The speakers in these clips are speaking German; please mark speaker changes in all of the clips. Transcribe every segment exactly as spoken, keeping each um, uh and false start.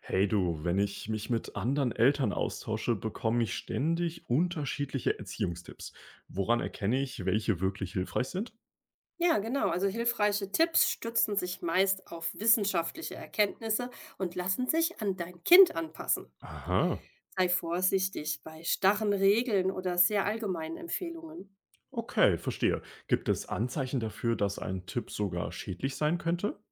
Speaker 1: Hey du, wenn ich mich mit anderen Eltern austausche, bekomme ich ständig unterschiedliche Erziehungstipps. Woran erkenne ich, welche wirklich hilfreich sind?
Speaker 2: Ja, genau. Also hilfreiche Tipps stützen sich meist auf wissenschaftliche Erkenntnisse und lassen sich an dein Kind anpassen.
Speaker 1: Aha,
Speaker 2: Sei vorsichtig bei starren Regeln oder sehr allgemeinen Empfehlungen.
Speaker 1: okay, verstehe. Gibt es Anzeichen dafür, dass ein Tipp sogar schädlich sein könnte?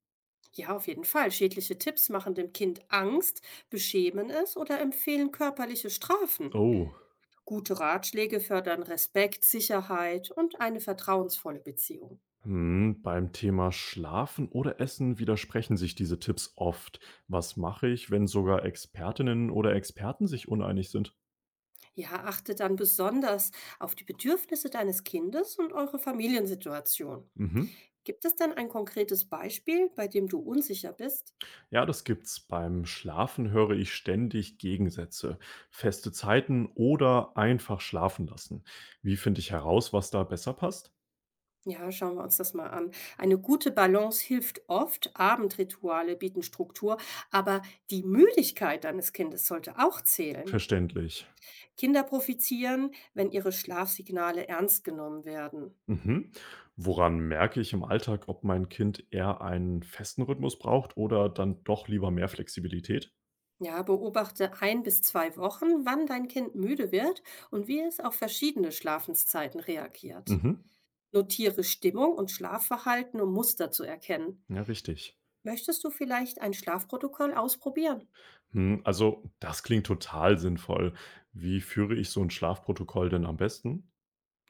Speaker 2: Ja, auf jeden Fall. Schädliche Tipps machen dem Kind Angst, beschämen es oder empfehlen körperliche Strafen.
Speaker 1: Oh,
Speaker 2: Gute Ratschläge fördern Respekt, Sicherheit und eine vertrauensvolle Beziehung.
Speaker 1: hm, beim Thema Schlafen oder Essen widersprechen sich diese Tipps oft. Was mache ich, wenn sogar Expertinnen oder Experten sich uneinig sind?
Speaker 2: Ja, achte dann besonders auf die Bedürfnisse deines Kindes und eure Familiensituation.
Speaker 1: Mhm.
Speaker 2: Gibt es denn ein konkretes Beispiel, bei dem du unsicher bist?
Speaker 1: Ja, das gibt's. Beim Schlafen höre ich ständig Gegensätze, feste Zeiten oder einfach schlafen lassen. Wie finde ich heraus, was da besser passt?
Speaker 2: Ja, schauen wir uns das mal an. Eine gute Balance hilft oft. Abendrituale bieten Struktur, aber die Müdigkeit deines Kindes sollte auch zählen.
Speaker 1: Verständlich.
Speaker 2: Kinder profitieren, wenn ihre Schlafsignale ernst genommen werden.
Speaker 1: Mhm. Woran merke ich im Alltag, ob mein Kind eher einen festen Rhythmus braucht oder dann doch lieber mehr Flexibilität?
Speaker 2: Ja, beobachte ein bis zwei Wochen, wann dein Kind müde wird und wie es auf verschiedene Schlafenszeiten reagiert.
Speaker 1: Mhm.
Speaker 2: Notiere Stimmung und Schlafverhalten, um Muster zu erkennen.
Speaker 1: Ja, richtig.
Speaker 2: Möchtest du vielleicht ein Schlafprotokoll ausprobieren?
Speaker 1: Hm, also, das klingt total sinnvoll. Wie führe ich so ein Schlafprotokoll denn am besten?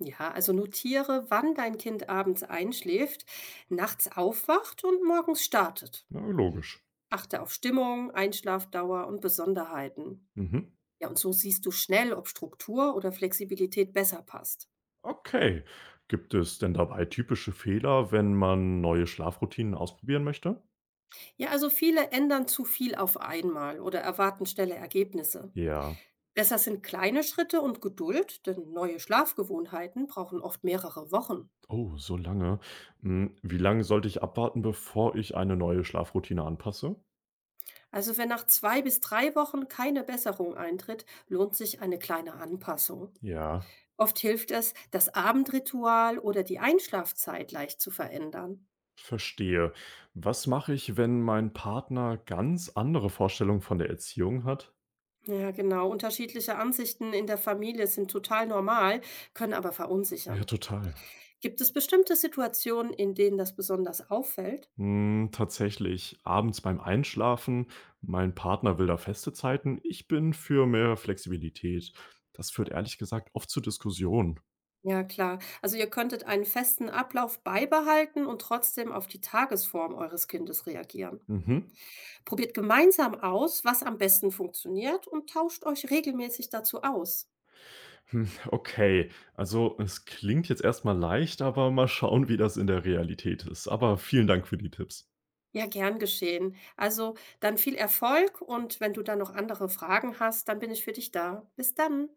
Speaker 2: Ja, also notiere, wann dein Kind abends einschläft, nachts aufwacht und morgens startet.
Speaker 1: Na, logisch.
Speaker 2: Achte auf Stimmung, Einschlafdauer und Besonderheiten.
Speaker 1: Mhm.
Speaker 2: Ja, und so siehst du schnell, ob Struktur oder Flexibilität besser passt.
Speaker 1: Okay. Gibt es denn dabei typische Fehler, wenn man neue Schlafroutinen ausprobieren möchte?
Speaker 2: Ja, also viele ändern zu viel auf einmal oder erwarten schnelle Ergebnisse.
Speaker 1: Ja.
Speaker 2: Besser sind kleine Schritte und Geduld, denn neue Schlafgewohnheiten brauchen oft mehrere Wochen.
Speaker 1: Oh, so lange. Hm, wie lange sollte ich abwarten, bevor ich eine neue Schlafroutine anpasse?
Speaker 2: Also wenn nach zwei bis drei Wochen keine Besserung eintritt, lohnt sich eine kleine Anpassung.
Speaker 1: Ja,
Speaker 2: Oft hilft es, das Abendritual oder die Einschlafzeit leicht zu verändern.
Speaker 1: verstehe. Was mache ich, wenn mein Partner ganz andere Vorstellungen von der Erziehung hat?
Speaker 2: Ja, genau. Unterschiedliche Ansichten in der Familie sind total normal, können aber
Speaker 1: Ja,
Speaker 2: verunsichern.
Speaker 1: total.
Speaker 2: Gibt es bestimmte Situationen, in denen das besonders auffällt?
Speaker 1: Hm, tatsächlich, abends beim Einschlafen, mein Partner will da feste Zeiten, ich bin für mehr Flexibilität. Das führt ehrlich gesagt oft zu Diskussionen.
Speaker 2: Ja, klar. Also ihr könntet einen festen Ablauf beibehalten und trotzdem auf die Tagesform eures Kindes reagieren.
Speaker 1: Mhm.
Speaker 2: Probiert gemeinsam aus, was am besten funktioniert, und tauscht euch regelmäßig dazu aus.
Speaker 1: Hm, okay. Also, es klingt jetzt erst mal leicht, aber mal schauen, wie das in der Realität ist. Aber vielen Dank für die Tipps.
Speaker 2: Ja, gern geschehen. Also dann viel Erfolg, und wenn du dann noch andere Fragen hast, dann bin ich für dich da. Bis dann.